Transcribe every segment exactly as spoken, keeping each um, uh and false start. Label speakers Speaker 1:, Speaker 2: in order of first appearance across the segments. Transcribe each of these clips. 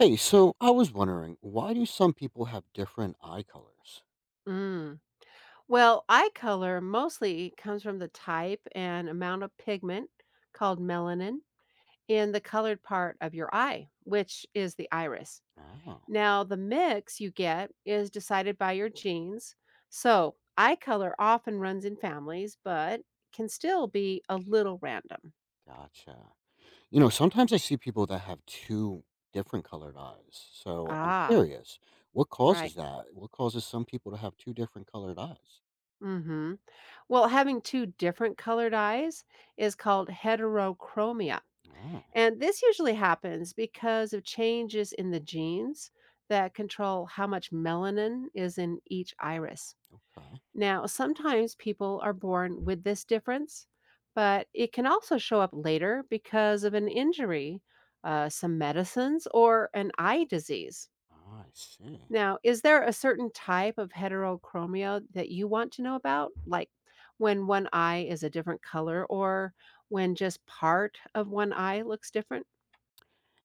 Speaker 1: Hey, so I was wondering, why do some people have different eye colors?
Speaker 2: Mm. Well, eye color mostly comes from the type and amount of pigment called melanin in the colored part of your eye, which is the iris.
Speaker 1: Oh,
Speaker 2: Now, the mix you get is decided by your genes. So, eye color often runs in families, but can still be a little random.
Speaker 1: gotcha. You know, sometimes I see people that have two different colored eyes. So I'm
Speaker 2: Ah,
Speaker 1: curious, what
Speaker 2: right.
Speaker 1: causes that? What causes some people to have two different colored eyes?
Speaker 2: Mhm. Well, having two different colored eyes is called heterochromia.
Speaker 1: Oh,
Speaker 2: And this usually happens because of changes in the genes that control how much melanin is in each iris.
Speaker 1: okay.
Speaker 2: Now, sometimes people are born with this difference, but it can also show up later because of an injury, uh, some medicines, or an eye disease.
Speaker 1: I see.
Speaker 2: Now, is there a certain type of heterochromia that you want to know about? Like when one eye is a different color or when just part of one eye looks different?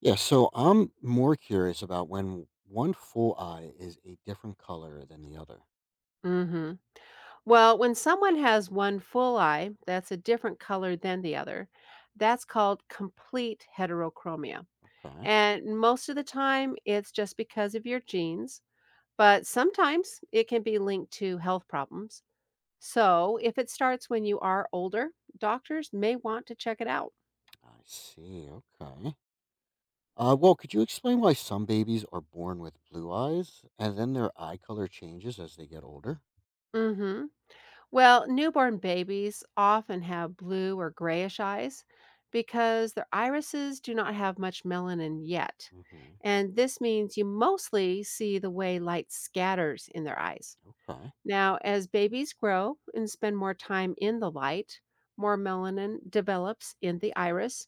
Speaker 1: Yeah, so I'm more curious about when one full eye is a different color than the other.
Speaker 2: Mm hmm. Well, when someone has one full eye that's a different color than the other, that's called complete heterochromia.
Speaker 1: Okay.
Speaker 2: And most of the time, it's just because of your genes, but sometimes it can be linked to health problems. So if it starts when you are older, doctors may want to check it out.
Speaker 1: I see. Okay. Uh, well, could you explain why some babies are born with blue eyes and then their eye color changes as they get older?
Speaker 2: Mm hmm. Well, newborn babies often have blue or grayish eyes because their irises do not have much melanin yet.
Speaker 1: Hmm.
Speaker 2: And this means you mostly see the way light scatters in their eyes.
Speaker 1: Okay.
Speaker 2: Now, as babies grow and spend more time in the light, more melanin develops in the iris.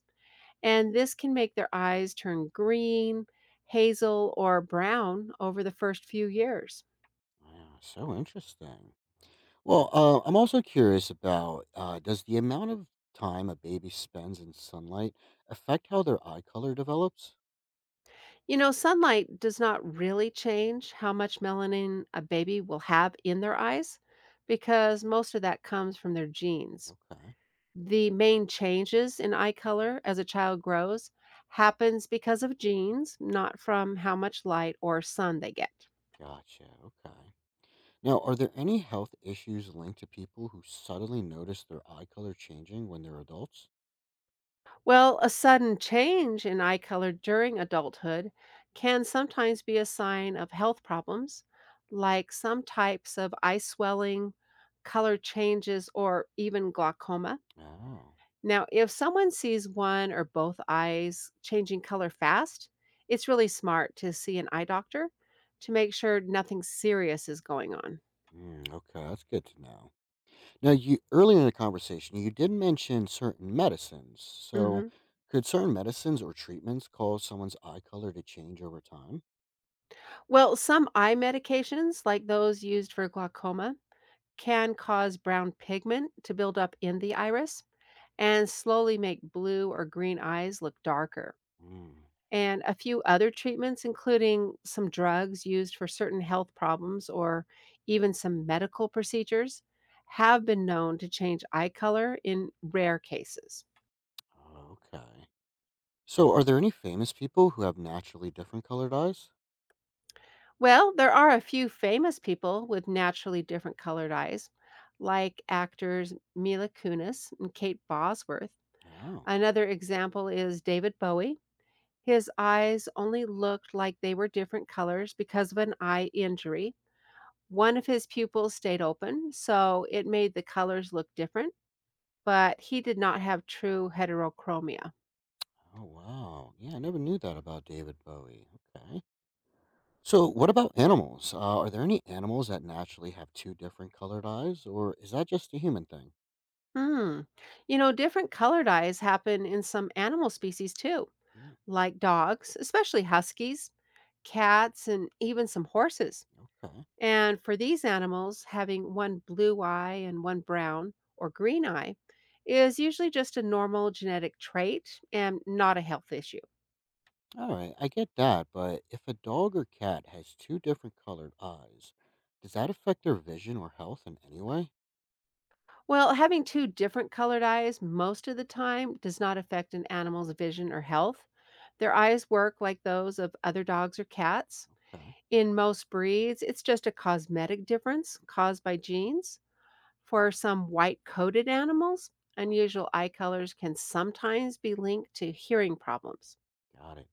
Speaker 2: And this can make their eyes turn green, hazel, or brown over the first few years.
Speaker 1: Yeah, so interesting. Well, uh, I'm also curious about uh, does the amount of time a baby spends in sunlight affect how their eye color develops?
Speaker 2: You know, sunlight does not really change how much melanin a baby will have in their eyes because most of that comes from their genes.
Speaker 1: Okay.
Speaker 2: The main changes in eye color as a child grows happens because of genes, not from how much light or sun they get.
Speaker 1: Gotcha. Okay. Now, are there any health issues linked to people who suddenly notice their eye color changing when they're adults?
Speaker 2: Well, a sudden change in eye color during adulthood can sometimes be a sign of health problems, like some types of eye swelling, color changes, or even glaucoma.
Speaker 1: Oh,
Speaker 2: Now, if someone sees one or both eyes changing color fast, it's really smart to see an eye doctor to make sure nothing serious is going on.
Speaker 1: mm, okay. That's good to know. Now, you earlier in the conversation, you did mention certain medicines. So,
Speaker 2: Mhm.
Speaker 1: could certain medicines or treatments cause someone's eye color to change over time?
Speaker 2: Well, some eye medications, like those used for glaucoma, can cause brown pigment to build up in the iris and slowly make blue or green eyes look darker.
Speaker 1: Mm,
Speaker 2: And a few other treatments, including some drugs used for certain health problems or even some medical procedures, have been known to change eye color in rare cases.
Speaker 1: okay. So, are there any famous people who have naturally different colored eyes?
Speaker 2: Well, there are a few famous people with naturally different colored eyes, like actors Mila Kunis and Kate Bosworth.
Speaker 1: Oh,
Speaker 2: Another example is David Bowie. His eyes only looked like they were different colors because of an eye injury. One of his pupils stayed open, so it made the colors look different, but he did not have true heterochromia.
Speaker 1: oh wow. Yeah, I never knew that about David Bowie. Okay. So, what about animals? Uh, are there any animals that naturally have two different colored eyes, or is that just a human thing?
Speaker 2: Hmm. You know, different color dyes happen in some animal species too,
Speaker 1: Mm,
Speaker 2: like dogs, especially huskies, cats, and even some horses.
Speaker 1: okay.
Speaker 2: And for these animals, having one blue eye and one brown or green eye is usually just a normal genetic trait and not a health issue.
Speaker 1: All right, I get that, but if a dog or cat has two different colored eyes, does that affect their vision or health in any way?
Speaker 2: Well, having two different colored eyes most of the time does not affect an animal's vision or health. Their eyes work like those of other dogs or cats.
Speaker 1: Okay,
Speaker 2: In most breeds, it's just a cosmetic difference caused by genes. For some white coated animals, unusual eye colors can sometimes be linked to hearing problems.
Speaker 1: got it.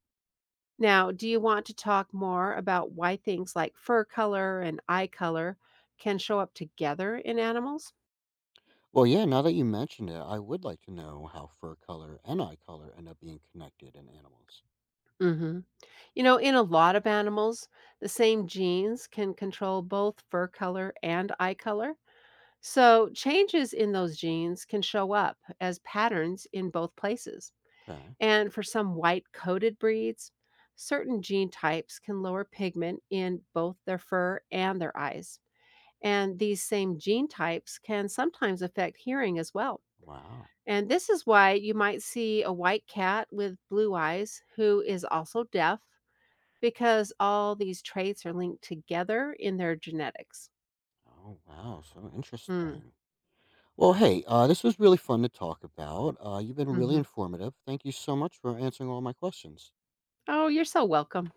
Speaker 2: Now, do you want to talk more about why things like fur color and eye color can show up together in animals?
Speaker 1: Well, yeah, now that you mentioned it, I would like to know how fur color and eye color end up being connected in animals.
Speaker 2: Mm hmm. You know, in a lot of animals, the same genes can control both fur color and eye color. So, changes in those genes can show up as patterns in both places.
Speaker 1: Okay,
Speaker 2: And for some white coated breeds, certain gene types can lower pigment in both their fur and their eyes. And these same gene types can sometimes affect hearing as well.
Speaker 1: wow.
Speaker 2: And this is why you might see a white cat with blue eyes who is also deaf because all these traits are linked together in their genetics.
Speaker 1: Oh, wow, so
Speaker 2: Mm,
Speaker 1: interesting. Well, hey, uh, this was really fun to talk about. Uh, you've been really
Speaker 2: mhm.
Speaker 1: informative. Thank you so much for answering all my questions.
Speaker 2: Oh, you're so welcome.